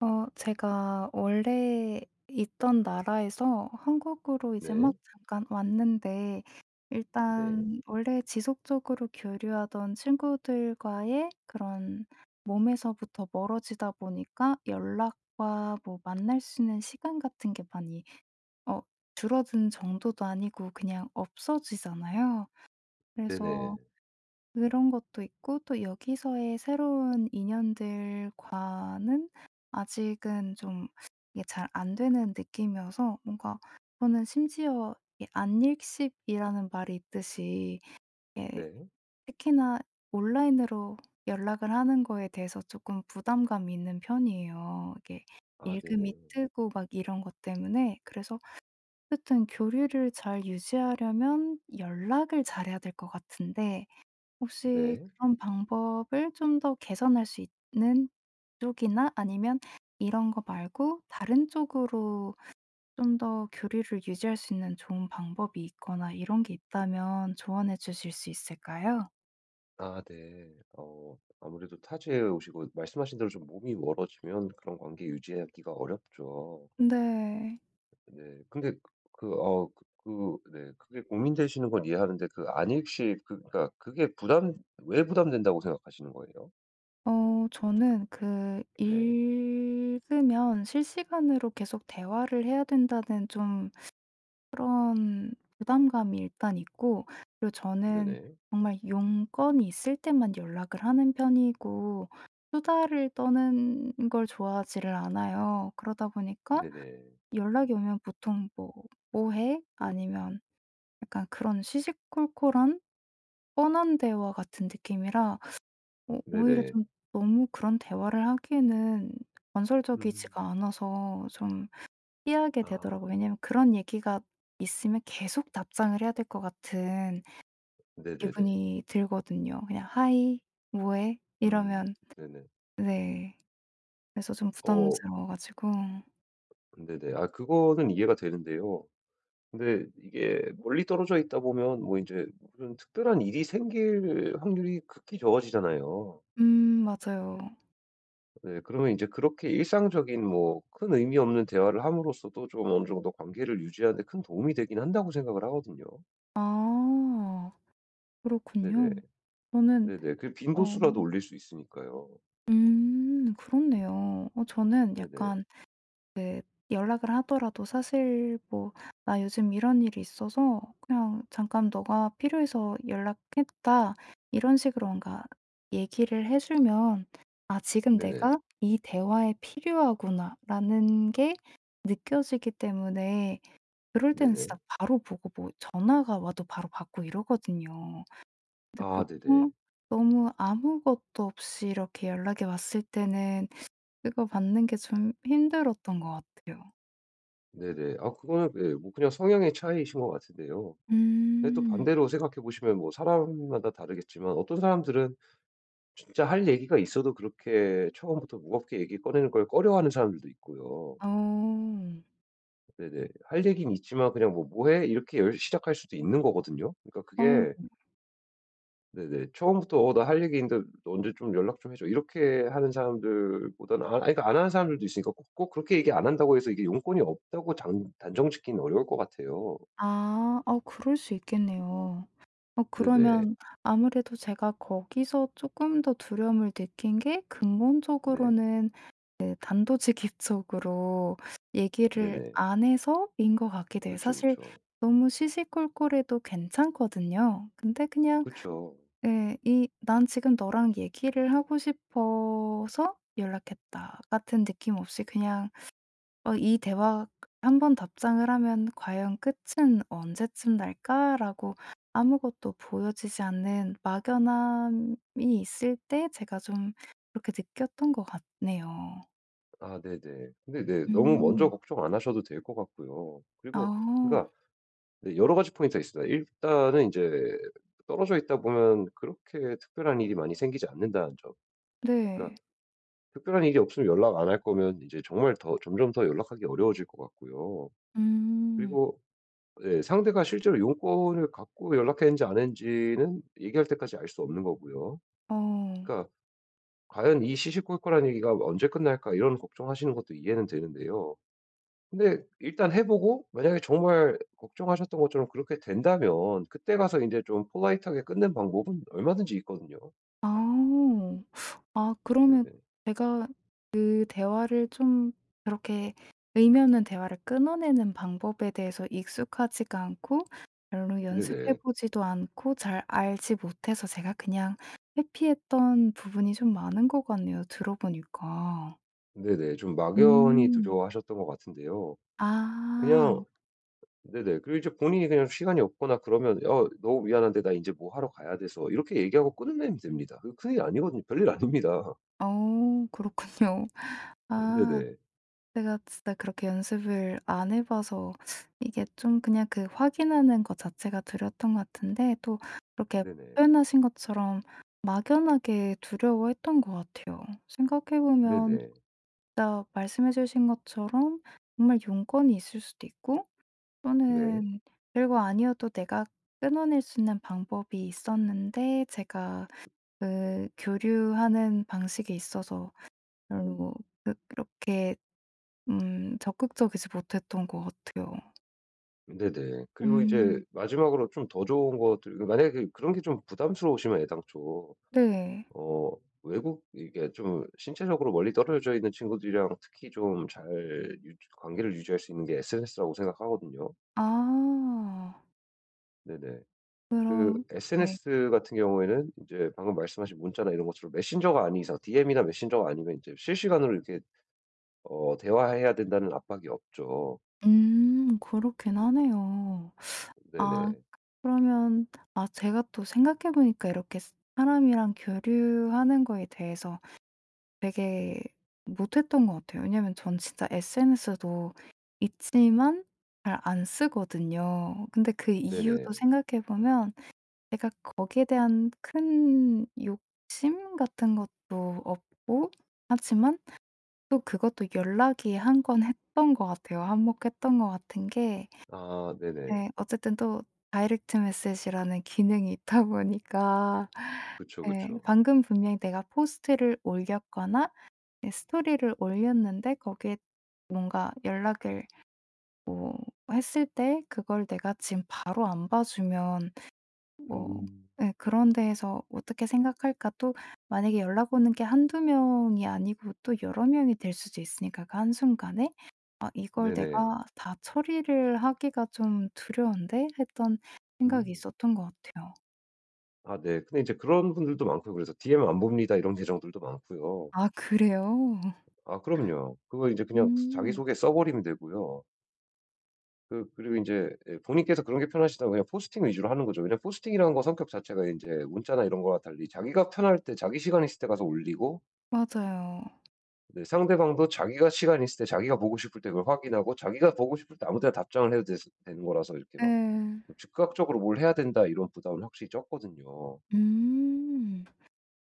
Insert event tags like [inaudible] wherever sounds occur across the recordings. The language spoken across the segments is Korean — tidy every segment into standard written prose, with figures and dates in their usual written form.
어 제가 원래 있던 나라에서 한국으로 이제 막 네. 잠깐 왔는데, 네. 일단 원래 지속적으로 교류하던 친구들과의 그런 몸에서부터 멀어지다 보니까 연락과 뭐 만날 수 있는 시간 같은 게 많이 어 줄어든 정도도 아니고 그냥 없어지잖아요. 그래서 네네. 그런 것도 있고 또 여기서의 새로운 인연들과는 아직은 좀 이게 잘 안 되는 느낌이어서, 뭔가 저는 심지어 이 안일십이라는 말이 있듯이, 예, 네. 특히나 온라인으로 연락을 하는 거에 대해서 조금 부담감이 있는 편이에요. 이게 아 네네. 읽음이 뜨고 막 이런 것 때문에. 그래서 어쨌든 교류를 잘 유지하려면 연락을 잘해야 될 것 같은데, 혹시 네. 그런 방법을 좀 더 개선할 수 있는 쪽이나, 아니면 이런 거 말고 다른 쪽으로 좀 더 교류를 유지할 수 있는 좋은 방법이 있거나 이런 게 있다면 조언해 주실 수 있을까요? 아 네. 아무래도 타지에 오시고 말씀하신 대로 좀 몸이 멀어지면 그런 관계 유지하기가 어렵죠. 네. 네. 근데 네, 그게 고민되시는 건 이해하는데 그 안익시 그 그러니까 그게 부담, 왜 부담된다고 생각하시는 거예요? 저는 그 네. 읽으면 실시간으로 계속 대화를 해야 된다는 좀 그런 부담감이 일단 있고, 그리고 저는 네네. 정말 용건이 있을 때만 연락을 하는 편이고 수다를 떠는 걸 좋아하지를 않아요. 그러다 보니까 네네. 연락이 오면 보통 뭐 "뭐 해?" 아니면 약간 그런 시시콜콜한 뻔한 대화 같은 느낌이라 오히려 네네. 좀 너무 그런 대화를 하기에는 음. 건설적이지가 않아서 좀 피하게 아 되더라고요. 왜냐면 그런 얘기가 있으면 계속 답장을 해야 될 것 같은 네네네. 기분이 들거든요. 그냥 "하이. 뭐 해?" 음. 이러면. 네네. 네. 그래서 좀 어 부담스러워 가지고. 네네. 아 그거는 이해가 되는데요. 근데 이게 멀리 떨어져 있다 보면 뭐 이제 무슨 특별한 일이 생길 확률이 극히 적어지잖아요. 음, 맞아요. 네, 그러면 이제 그렇게 일상적인 뭐 큰 의미 없는 대화를 함으로써도 좀 어느 정도 관계를 유지하는 데 큰 도움이 되긴 한다고 생각을 하거든요. 아, 네네. 그렇군요. 저는, 네네. 그 빈도수라도 어 올릴 수 있으니까요. 그렇네요. 저는 네네. 약간 연락을 하더라도 사실 뭐 "나 요즘 이런 일이 있어서 그냥 잠깐 너가 필요해서 연락했다." 이런 식으로 뭔가 얘기를 해 주면 '아 지금 네네. 내가 이 대화에 필요하구나.'라는 게 느껴지기 때문에, 그럴 때는 네네. 진짜 바로 보고 뭐 전화가 와도 바로 받고 이러거든요. 근데 아 네네. 보통 너무 아무것도 없이 이렇게 연락이 왔을 때는 그거 받는 게 좀 힘들었던 것 같아요. 네네. 아 그거는 예 뭐 그냥 성향의 차이이신 것 같은데요. 근데 또 음. 반대로 생각해 보시면 뭐 사람마다 다르겠지만 어떤 사람들은 진짜 할 얘기가 있어도 그렇게 처음부터 무겁게 얘기 꺼내는 걸 꺼려하는 사람들도 있고요. 어. 네네. 할 얘기는 있지만 그냥 뭐 "뭐 해?" 이렇게 열 시작할 수도 있는 거거든요. 그러니까 어, 그게 네. 네네. 처음부터 "어 나 할 얘기 있는데 너 언제 좀 연락 좀 해 줘." 이렇게 하는 사람들보다는 아, 그러니까 안 하는 사람들도 있으니까 꼭 그렇게 얘기 안 한다고 해서 이게 용건이 없다고 장 단정 짓기는 어려울 것 같아요. 아. 어, 그럴 수 있겠네요. 네네. 그러면 아무래도 제가 거기서 쪼끔 더 두려움을 느낀 게, 네. 근본적으로는 그 단도직입적으로 [laughs] 얘기를 네네. 안 해서인 것 같기도 해요. 그쵸, 사실 그쵸. 너무 시시콜콜해도 괜찮거든요. 근데 그냥, 그쵸. 예, 이 "난 지금 너랑 얘기를 하고 싶어서 연락했다." 같은 느낌 없이 그냥 '이 대화 한 번 답장을 하면 과연 끝은 언제쯤 날까?'라고 아무것도 보여지지 않는 막연함이 있을 때 제가 좀 그렇게 느꼈던 것 같네요. 아 네네. 근데 네, 너무 먼저 음. 걱정 안 하셔도 될 것 같고요. 그리고 아, 그러니까 네, 여러 가지 포인트가 있습니다. 일단은 이제 떨어져 있다 보면 그렇게 특별한 일이 많이 생기지 않는다는 점. 네. 그러니까 특별한 일이 없으면 연락 안 할 거면 이제 정말 더 점점 더 연락하기 어려워질 것 같고요. 음. 그리고 예 상대가 실제로 용건을 갖고 연락했는지 안 했는지는 얘기할 때까지 알 수 없는 거고요. 어. 그러니까 '과연 이 시시콜콜한 얘기가 언제 끝날까?' 이런 걱정하시는 것도 이해는 되는데요. 근데 일단 해 보고 만약에 정말 걱정하셨던 것처럼 그렇게 된다면 그때 가서 인제 좀 폴라이트하게 끝낸 방법은 얼마든지 있거든요. 아. 아, 그러면 네네. 제가 그 대화를 좀, 그렇게 의미 없는 대화를 끊어내는 방법에 대해서 익숙하지가 않고 별로 연습해 네네. 보지도 않고 잘 알지 못해서 제가 그냥 회피했던 부분이 좀 많은 것 같네요, 들어 보니까. 네네. 좀 막연히 음. 두려워하셨던 것 같은데요. 아. 그냥 네네. 그리고 이제 본인이 그냥 시간이 없거나 그러면 "어 너무 미안한데 나 인제 뭐 하러 가야 돼서." 이렇게 얘기하고 끊으면 됩니다. 그거 큰일 아니거든요. 별일 아닙니다. 어, 그렇군요. [laughs] 아. 네네. 제가 진짜 그렇게 연습을 안 해 봐서 이게 좀 그냥 그 확인하는 것 자체가 두려웠던 것 같은데, 또 그렇게 네네. 표현하신 것처럼 막연하게 두려워했던 것 같아요. 생각해 보면 네네. 진짜 말씀해 주신 것처럼 정말 용건이 있을 수도 있고, 네. 또는 별거 아니어도 내가 끊어낼 수 있는 방법이 있었는데, 제가 그 교류하는 방식에 있어서 별로 그렇게 적극적이지 못했던 것 같아요. 네네. 그리고 이제 음. 마지막으로 좀 더 좋은 것들, 만약에 그런 게 좀 부담스러우시면 애당초 네. 어 외국, 이게 좀 신체적으로 멀리 떨어져 있는 친구들이랑 특히 좀 잘 관계를 유지할 수 있는 게 SNS라고 생각하거든요. 아 네네. 그 그럼. 네. SNS 같은 경우에는 이제 방금 말씀하신 문자나 이런 것처럼 메신저가 아닌 이상 DM이나 메신저가 아니면 이제 실시간으로 이렇게 대화해야 된다는 압박이 없죠. 음, 그렇긴 하네요. 아, 네네. 그러면, 아 제가 또 생각해 보니까 이렇게 사람이랑 교류하는 거에 대해서 되게 못했던 것 같아요. 왜냐면 전 진짜 SNS도 있지만 잘 안 쓰거든요. 근데 그 이유도 네네. 생각해 보면 제가 거기에 대한 큰 욕심 같은 것도 없고, 하지만 또 그것도 연락이 한 건 했던 것 같아요. 한몫했던 것 같은 게, 아 네네. 네, 어쨌든 또 다이렉트 메시지라는 기능이 있다 [laughs] 보니까 그쵸, 네, 그쵸. 방금 분명히 내가 포스트를 올렸거나, 네, 스토리를 올렸는데 거기에 뭔가 연락을 뭐 했을 때 그걸 내가 지금 바로 안 봐 주면 뭐, 음. 예, 그런 데에서 어떻게 생각할까? 또 만약에 연락 오는 게 한두 명이 아니고 또 여러 명이 될 수도 있으니까, 그 한순간에 '아 이걸 네네. 내가 다 처리를 하기가 좀 두려운데?' 했던 생각이 음. 있었던 것 같아요. 아 네. 근데 이제 그런 분들도 많고요. 그래서 "DM 안 봅니다." 이런 계정들도 많고요. 아, 그래요? 아 그럼요. 그거 이제 그냥 음. 자기소개 써 버리면 되고요. 그리고 이제 예 본인께서 그런 게 편하시다면 그냥 포스팅 위주로 하는 거죠. 왜냐면 포스팅이라는 거 성격 자체가 이제 문자나 이런 거와 달리 자기가 편할 때 자기 시간 있을 때 가서 올리고 맞아요. 네 상대방도 자기가 시간 있을 때 자기가 보고 싶을 때 그걸 확인하고 자기가 보고 싶을 때 아무 데나 되는 거라서 이렇게 막 예. '즉각적으로 뭘 해야 된다.' 이런 부담은 확실히 적거든요. 음.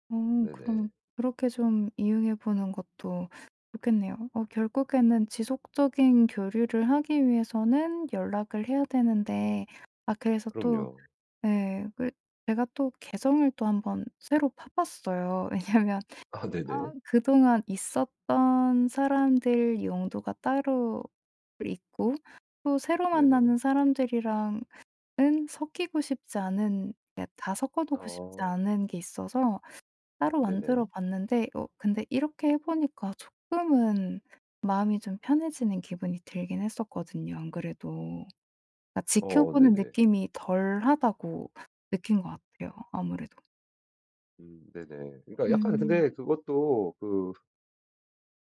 어 네네. 그럼 그렇게 좀 이용해 보는 것도 좋겠네요. 결국에는 지속적인 교류를 하기 위해서는 연락을 해야 되는데, 아 그래서 또, 그럼요. 예, 제가 또 계정을 또 한번 새로 파 봤어요. [laughs] 왜냐면, 아 아. 네네. 그동안 있었던 사람들 용도가 따로 있고, 또 새로 네네. 만나는 사람들이랑은 섞이고 싶지 않은, 그러니까 다 섞어 놓고 싶지 어 않은 게 있어서 따로 만들어 네네. 봤는데, 근데 이렇게 해 보니까 조금은 마음이 좀 편해지는 기분이 들긴 했었거든요, 안 그래도. 그러니까 어 지켜보는 네네. 느낌이 덜하다고 느낀 것 같아요, 아무래도. 네네. 그러니까 약간 음. 근데 그것도 그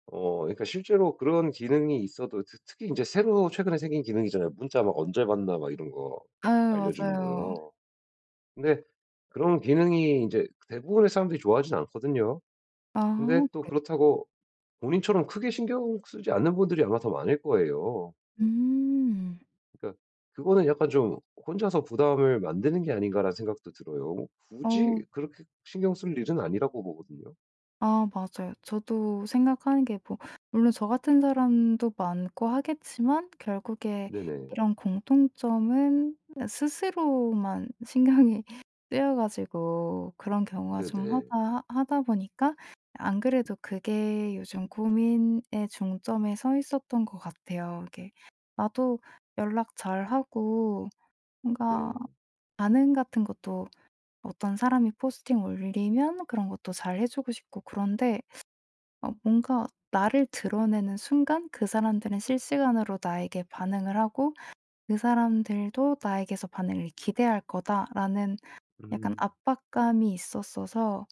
어 그러니까 실제로 그런 기능이 있어도 특 특히 이제 새로 최근에 생긴 기능이잖아요. 문자 막 언제 받나 막 이런 거 아유, 알려 주는 맞아요. 거요. 근데 그런 기능이 이제 대부분의 사람들이 좋아하진 않거든요. 아, 근데 또 그래요? 그렇다고 본인처럼 크게 신경 쓰지 않는 분들이 아마 더 많을 거예요. 음. 그러니까 그거는 약간 좀 '혼자서 부담을 만드는 게 아닌가.'라는 생각도 들어요. 뭐 굳이 어. 그렇게 신경 쓸 일은 아니라고 보거든요. 아, 맞아요. 저도 생각하는 게 뭐, 물론 저 같은 사람도 많고 하겠지만, 결국에 네네. 이런 공통점은 스스로만 신경이 [laughs] 쓰여 가지고 그런 경우가 좀 하 네네. 다 하다 보니까, 안 그래도 그게 요즘 고민의 중점에 서 있었던 것 같아요. 이게 나도 연락 잘하고 뭔가 네. 반응 같은 것도, 어떤 사람이 포스팅 올리면 그런 것도 잘해 주고 싶고, 그런데 뭔가 나를 드러내는 순간 그 사람들은 실시간으로 나에게 반응을 하고 '그 사람들도 나에게서 반응을 기대할 거다.'라는 약간 음. 압박감이 있었어서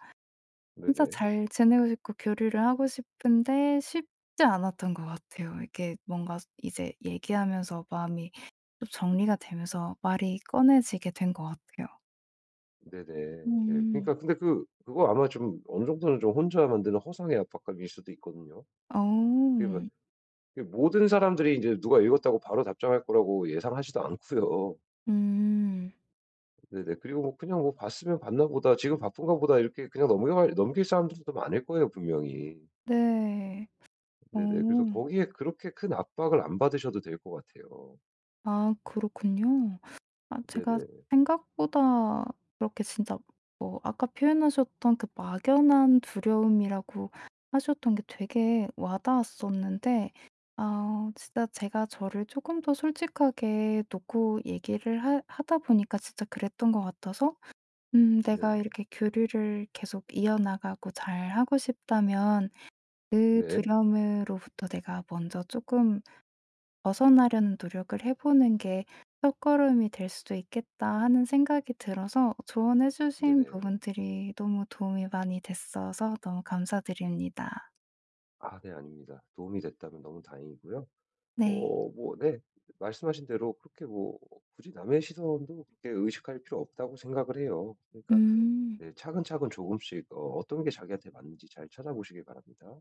진짜 네네. 잘 지내고 싶고 교류를 하고 싶은데 쉽지 않았던 것 같아요. 이게 뭔가 이제 얘기하면서 마음이 좀 정리가 되면서 말이 꺼내지게 된 것 같아요. 네네. 예. 음. 그러니까 근데 그거 아마 좀 어느 정도는 좀 혼자 만드는 허상의 압박감일 수도 있거든요. 어. 그게 뭐 그게 모든 사람들이 이제 누가 읽었다고 바로 답장할 거라고 예상하지도 않고요. 음. 네네. 그리고 뭐 그냥 뭐 '봤으면 봤나 보다. 지금 바쁜가 보다.' 이렇게 그냥 넘겨 넘길 사람들도 많을 거예요, 분명히. 네. 어. 네네. 그래서 거기에 그렇게 큰 압박을 안 받으셔도 될 것 같아요. 아, 그렇군요. 아 제가 네네. 생각보다 그렇게 진짜, 뭐 아까 표현하셨던 그 막연한 두려움이라고 하셨던 게 되게 와닿았었는데, 아 진짜 제가 저를 조금 더 솔직하게 놓고 얘기를 하 하다 보니까 진짜 그랬던 것 같아서, 내가 네네. 이렇게 교류를 계속 이어나가고 잘하고 싶다면 그 네. 두려움으로부터 내가 먼저 조금 벗어나려는 노력을 해 보는 게 첫걸음이 될 수도 있겠다 하는 생각이 들어서, 조언해 주신 네네. 부분들이 너무 도움이 많이 됐어서 너무 감사드립니다. 아 네, 아닙니다. 도움이 됐다면 너무 다행이고요. 네. 어 뭐 네. 말씀하신 대로 그렇게 뭐 굳이 남의 시선도 그렇게 의식할 필요 없다고 생각을 해요. 그러니까 음. 네, 차근차근 조금씩 어떤 게 자기한테 맞는지 잘 찾아보시길 바랍니다.